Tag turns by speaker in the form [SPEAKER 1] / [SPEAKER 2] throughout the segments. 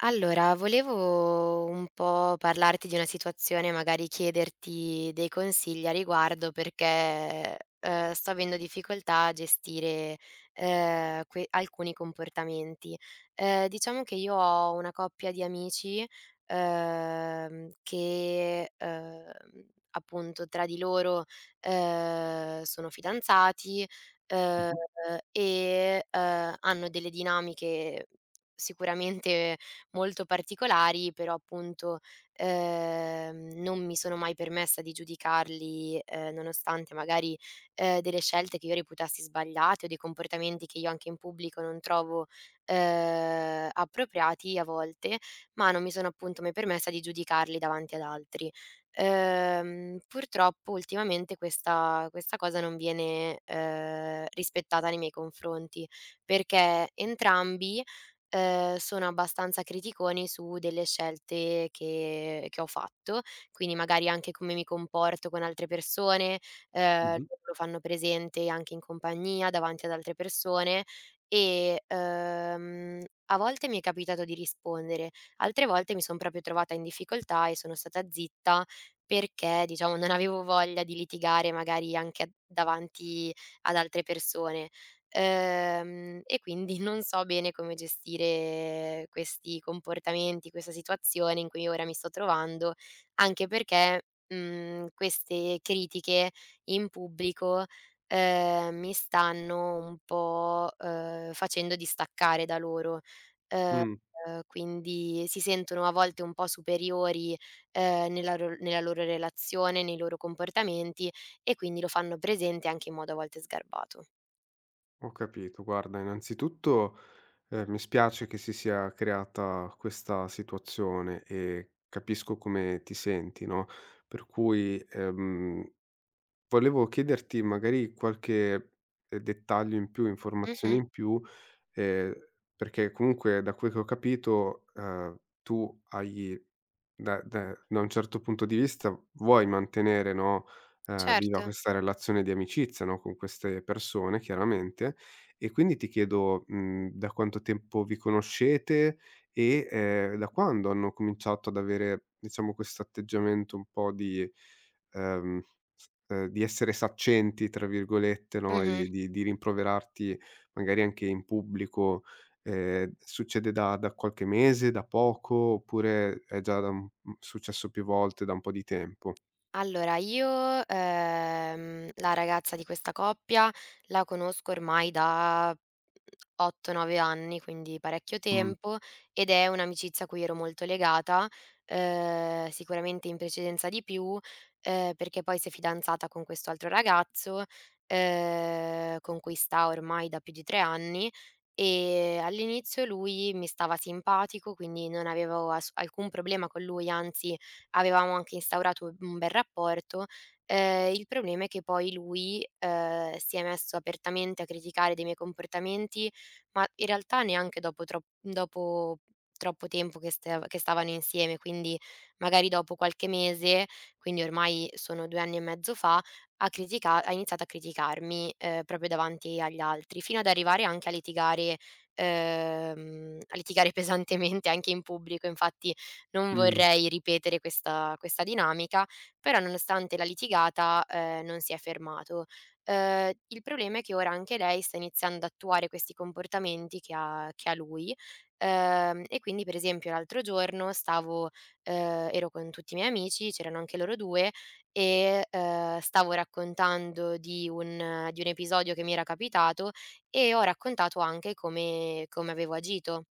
[SPEAKER 1] Allora, volevo un po' parlarti di una situazione, magari chiederti dei consigli a riguardo perché, sto avendo difficoltà a gestire, que alcuni comportamenti. Diciamo che io ho una coppia di amici, che, appunto tra di loro, sono fidanzati, ehm,
[SPEAKER 2] Mh-mh,
[SPEAKER 1] e, hanno delle dinamiche sicuramente molto particolari, però appunto, non mi sono mai permessa di giudicarli, nonostante magari, delle scelte che io reputassi sbagliate o dei comportamenti che io anche in pubblico non trovo, appropriati a volte, ma non mi sono appunto mai permessa di giudicarli davanti ad altri. Purtroppo ultimamente questa cosa non viene, rispettata nei miei confronti, perché entrambi, sono abbastanza criticoni su delle scelte che ho fatto, quindi magari anche come mi comporto con altre persone, ehm,
[SPEAKER 2] mh-mh.
[SPEAKER 1] lo fanno presente anche in compagnia, davanti ad altre persone e, a volte mi è capitato di rispondere, altre volte mi son proprio trovata in difficoltà e sono stata zitta perché, diciamo, non avevo voglia di litigare magari anche a davanti ad altre persone. E quindi non so bene come gestire questi comportamenti, questa situazione in cui ora mi sto trovando, anche perché, queste critiche in pubblico, mi stanno un po', facendo distaccare da loro. Ehm,
[SPEAKER 2] Mh,
[SPEAKER 1] quindi si sentono a volte un po' superiori, nella loro relazione, nei loro comportamenti e quindi lo fanno presente anche in modo a volte sgarbato.
[SPEAKER 2] ho capito. Guarda, innanzitutto, mi spiace che si sia creata questa situazione e capisco come ti senti, no, per cui, volevo chiederti magari qualche, dettaglio in più, informazione
[SPEAKER 1] Mh-mh.
[SPEAKER 2] in più, ehm, perché comunque da quel che ho capito, tu hai da un certo punto di vista vuoi mantenere, no, viva
[SPEAKER 1] Certo.
[SPEAKER 2] questa relazione di amicizia, no, con queste persone chiaramente, e quindi ti chiedo, da quanto tempo vi conoscete e, da quando hanno cominciato ad avere, diciamo, questo atteggiamento un po' ehm di essere "saccenti" tra virgolette, no, e
[SPEAKER 1] Mh-mh.
[SPEAKER 2] di rimproverarti magari anche in pubblico, succede da qualche mese, da poco, oppure è già da un successo più volte, da un po' di tempo?
[SPEAKER 1] Allora io, la ragazza di questa coppia la conosco ormai da 8, 9 anni, quindi parecchio
[SPEAKER 2] Mh,
[SPEAKER 1] tempo, ed è un'amicizia a cui ero molto legata, sicuramente in precedenza di più, perché poi si è fidanzata con questo altro ragazzo, con cui sta ormai da più di 3 anni, e all'inizio lui mi stava simpatico, quindi non avevo as alcun problema con lui, anzi avevamo anche instaurato un bel rapporto. Il problema è che poi lui, si è messo apertamente a criticare dei miei comportamenti, ma in realtà neanche dopo troppo tempo che stavano insieme, quindi magari dopo qualche mese, quindi ormai sono 2 anni e mezzo fa, ha iniziato a criticarmi, proprio davanti agli altri, fino ad arrivare anche a litigare pesantemente anche in pubblico. Infatti non
[SPEAKER 2] mh,
[SPEAKER 1] vorrei ripetere questa dinamica, però nonostante la litigata, non si è fermato. Il problema è che ora anche lei sta iniziando ad attuare questi comportamenti che ha lui, e quindi per esempio l'altro giorno stavo ero con tutti i miei amici, c'erano anche loro 2 e, stavo raccontando di un episodio che mi era capitato e ho raccontato anche come avevo agito.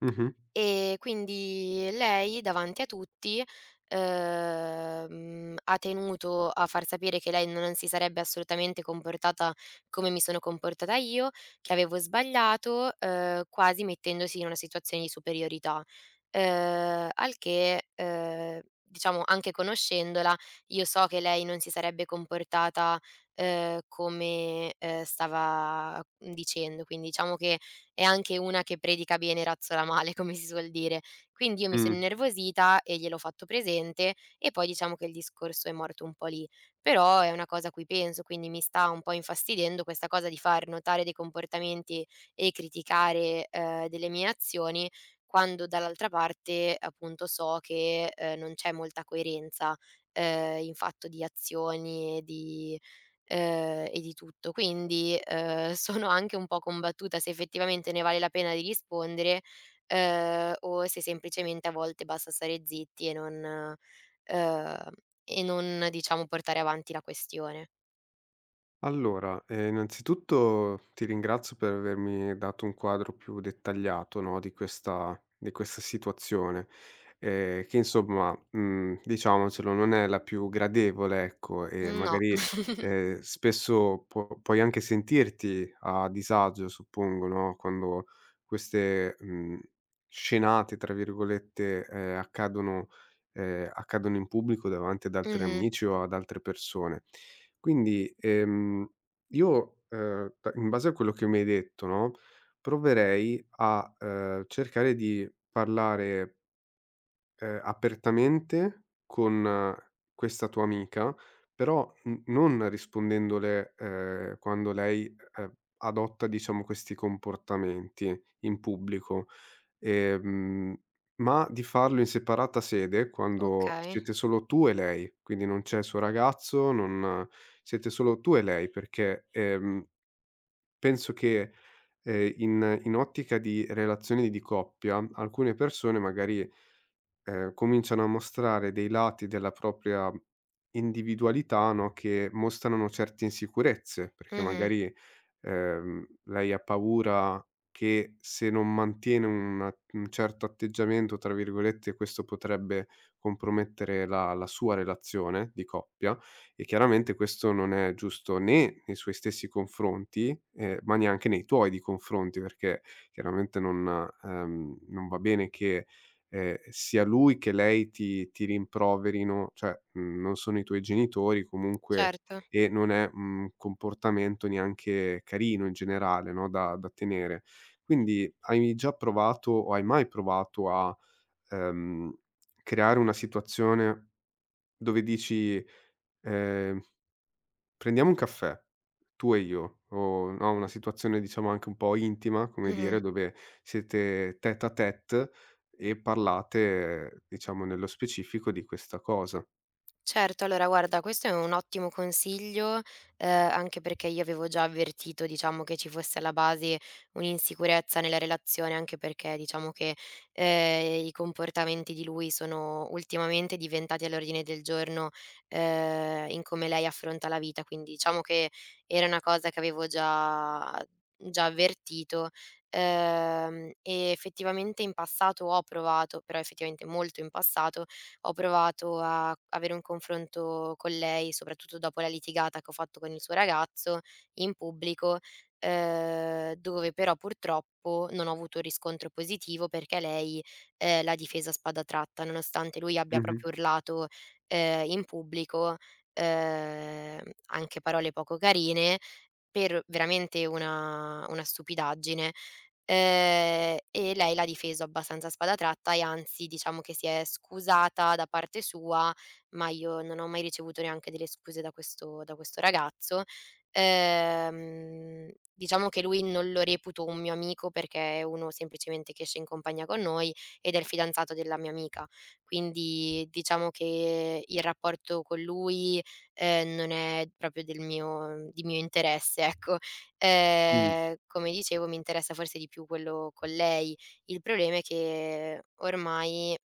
[SPEAKER 2] mh-mh,
[SPEAKER 1] E quindi lei davanti a tutti, ha tenuto a far sapere che lei non si sarebbe assolutamente comportata come mi sono comportata io, che avevo sbagliato, quasi mettendosi in una situazione di superiorità. Al che, diciamo anche conoscendola, io so che lei non si sarebbe comportata, come, stava dicendo. Quindi diciamo che e anche una che predica bene e razzola male, come si suol dire. Quindi io mi sono
[SPEAKER 2] mh.
[SPEAKER 1] innervosita e gliel'ho fatto presente e poi diciamo che il discorso è morto un po' lì. Però è una cosa a cui penso, quindi mi sta un po' infastidendo questa cosa di far notare dei comportamenti e criticare, delle mie azioni, quando dall'altra parte, appunto, so che, non c'è molta coerenza, in fatto di azioni e di tutto. Quindi, sono anche un po' combattuta se effettivamente ne vale la pena di rispondere, o se semplicemente a volte basta stare zitti ehm, e non diciamo portare avanti la questione.
[SPEAKER 2] Allora, innanzitutto ti ringrazio per avermi dato un quadro più dettagliato, no, di questa situazione, che insomma, diciamocelo, non è la più gradevole, ecco, e
[SPEAKER 1] No.
[SPEAKER 2] magari, spesso può puoi anche sentirti a disagio, suppongo, no, quando queste, "scenate" tra virgolette, accadono in pubblico davanti ad altri
[SPEAKER 1] Mh-mh.
[SPEAKER 2] amici o ad altre persone. Quindi, io, da in base a quello che mi hai detto, no, proverei a, cercare di parlare, apertamente con questa tua amica, però n non rispondendole, quando lei, adotta diciamo questi comportamenti in pubblico. Ehm, ma di farlo in separata sede quando
[SPEAKER 1] Okay.
[SPEAKER 2] siete solo tu e lei, quindi non c'è il suo ragazzo, non siete solo tu e lei, perché, penso che, in ottica di relazioni di coppia, alcune persone magari, cominciano a mostrare dei lati della propria individualità, no, che mostrano certe insicurezze, perché
[SPEAKER 1] Mh-mh.
[SPEAKER 2] magari lei ha paura che se non mantiene un certo "atteggiamento", tra virgolette, questo potrebbe compromettere la sua relazione di coppia e chiaramente questo non è giusto né nei suoi stessi confronti, ma neanche nei tuoi di confronti, perché chiaramente non non va bene che, sia lui che lei ti rimproverino, cioè, non sono i tuoi genitori, comunque
[SPEAKER 1] Certo.
[SPEAKER 2] e non è un comportamento neanche carino in generale, no, da tenere. Quindi hai già provato o hai mai provato a, ehm, creare una situazione dove dici, ehm: "Prendiamo un caffè, tu e io", o no, una situazione diciamo anche un po' intima, come
[SPEAKER 1] Mh-mh.
[SPEAKER 2] dire, dove siete tête à tête e parlate, diciamo nello specifico, di questa cosa.
[SPEAKER 1] Certo, allora guarda, questo è un ottimo consiglio, anche perché io avevo già avvertito, diciamo, che ci fosse alla base un'insicurezza nella relazione, anche perché diciamo che, i comportamenti di lui sono ultimamente diventati all'ordine del giorno, in come lei affronta la vita. Quindi diciamo che era una cosa che avevo già avvertito, e effettivamente in passato ho provato, però effettivamente molto in passato, ho provato a avere un confronto con lei, soprattutto dopo la litigata che ho fatto con il suo ragazzo in pubblico, dove però purtroppo non ho avuto un riscontro positivo perché lei, l'ha difesa a spada tratta, nonostante lui abbia
[SPEAKER 2] Mh-mh.
[SPEAKER 1] proprio urlato, in pubblico, anche parole poco carine per veramente una stupidaggine. E lei l'ha difeso abbastanza a spada tratta e anzi diciamo che si è scusata da parte sua, ma io non ho mai ricevuto neanche delle scuse da questo ragazzo. Diciamo che lui non lo reputo un mio amico perché è uno semplicemente che esce in compagnia con noi ed è il fidanzato della mia amica. Quindi diciamo che il rapporto con lui, non è proprio del mio di mio interesse, ecco.
[SPEAKER 2] Mh.
[SPEAKER 1] Come dicevo mi interessa forse di più quello con lei. Il problema è che ormai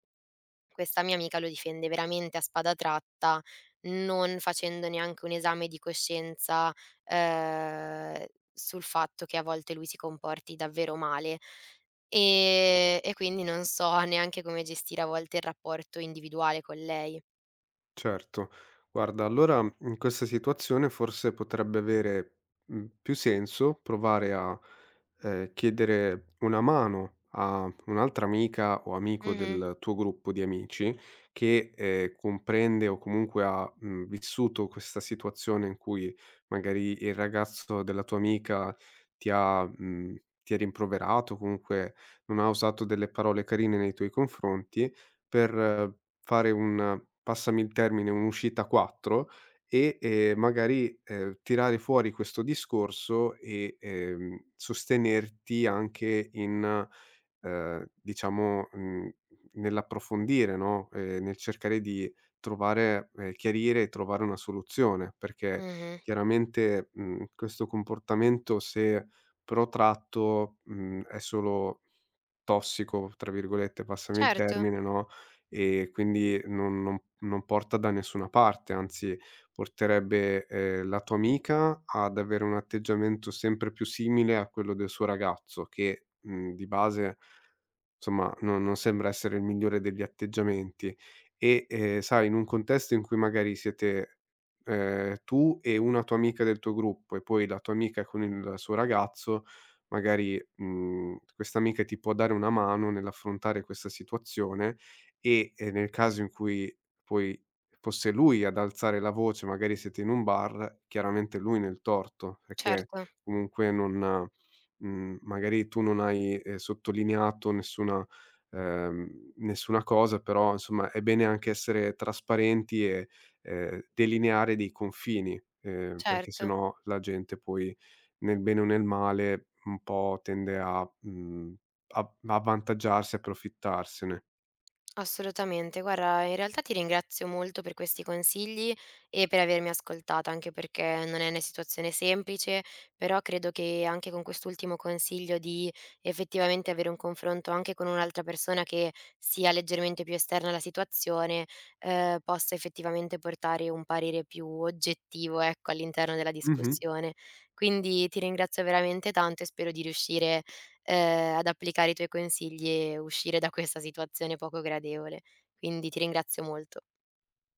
[SPEAKER 1] questa mia amica lo difende veramente a spada tratta, non facendo neanche un esame di coscienza, ehm, sul fatto che a volte lui si comporti davvero male. E quindi non so neanche come gestire a volte il rapporto individuale con lei.
[SPEAKER 2] Certo. Guarda, allora in questa situazione forse potrebbe avere, più senso provare a, chiedere una mano a un'altra amica o amico
[SPEAKER 1] Mh-mh,
[SPEAKER 2] del tuo gruppo di amici che, comprende o comunque ha, vissuto questa situazione in cui magari il ragazzo della tua amica ti ha ti ha rimproverato, comunque non ha usato delle parole carine nei tuoi confronti per fare un passami il termine, un'uscita a 4 e, magari, tirare fuori questo discorso e, sostenerti anche in diciamo, nell'approfondire, no, nel cercare di trovare chiarire e trovare una soluzione, perché
[SPEAKER 1] mh-mh.
[SPEAKER 2] chiaramente, questo comportamento se protratto, è solo tossico, tra virgolette, passami il
[SPEAKER 1] Certo,
[SPEAKER 2] termine, no, e quindi non porta da nessuna parte, anzi porterebbe, la tua amica ad avere un atteggiamento sempre più simile a quello del suo ragazzo che, di base insomma, no non sembra essere il migliore degli atteggiamenti e, sai, in un contesto in cui magari siete, tu e una tua amica del tuo gruppo e poi la tua amica con il suo ragazzo, magari, questa amica ti può dare una mano nell'affrontare questa situazione e, nel caso in cui poi fosse lui ad alzare la voce, magari siete in un bar, chiaramente lui nel torto, perché
[SPEAKER 1] certo,
[SPEAKER 2] comunque non magari tu non hai, sottolineato nessuna nessuna cosa, però insomma è bene anche essere trasparenti e, delineare dei confini, perché
[SPEAKER 1] certo.
[SPEAKER 2] sennò la gente poi nel bene o nel male un po' tende a a a avvantaggiarsi, approfittarsene.
[SPEAKER 1] Assolutamente. Guarda, in realtà ti ringrazio molto per questi consigli e per avermi ascoltata, anche perché non è una situazione semplice, però credo che anche con quest'ultimo consiglio di effettivamente avere un confronto anche con un'altra persona che sia leggermente più esterna alla situazione, possa effettivamente portare un parere più oggettivo, ecco, all'interno della
[SPEAKER 2] Mh-mh.
[SPEAKER 1] discussione. Quindi ti ringrazio veramente tanto e spero di riuscire ad applicare i tuoi consigli e uscire da questa situazione poco gradevole. Quindi ti ringrazio molto.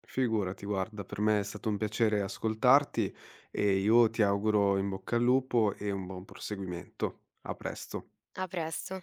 [SPEAKER 2] Figurati guarda, per me è stato un piacere ascoltarti e io ti auguro in bocca al lupo e un buon proseguimento. A presto.
[SPEAKER 1] A presto.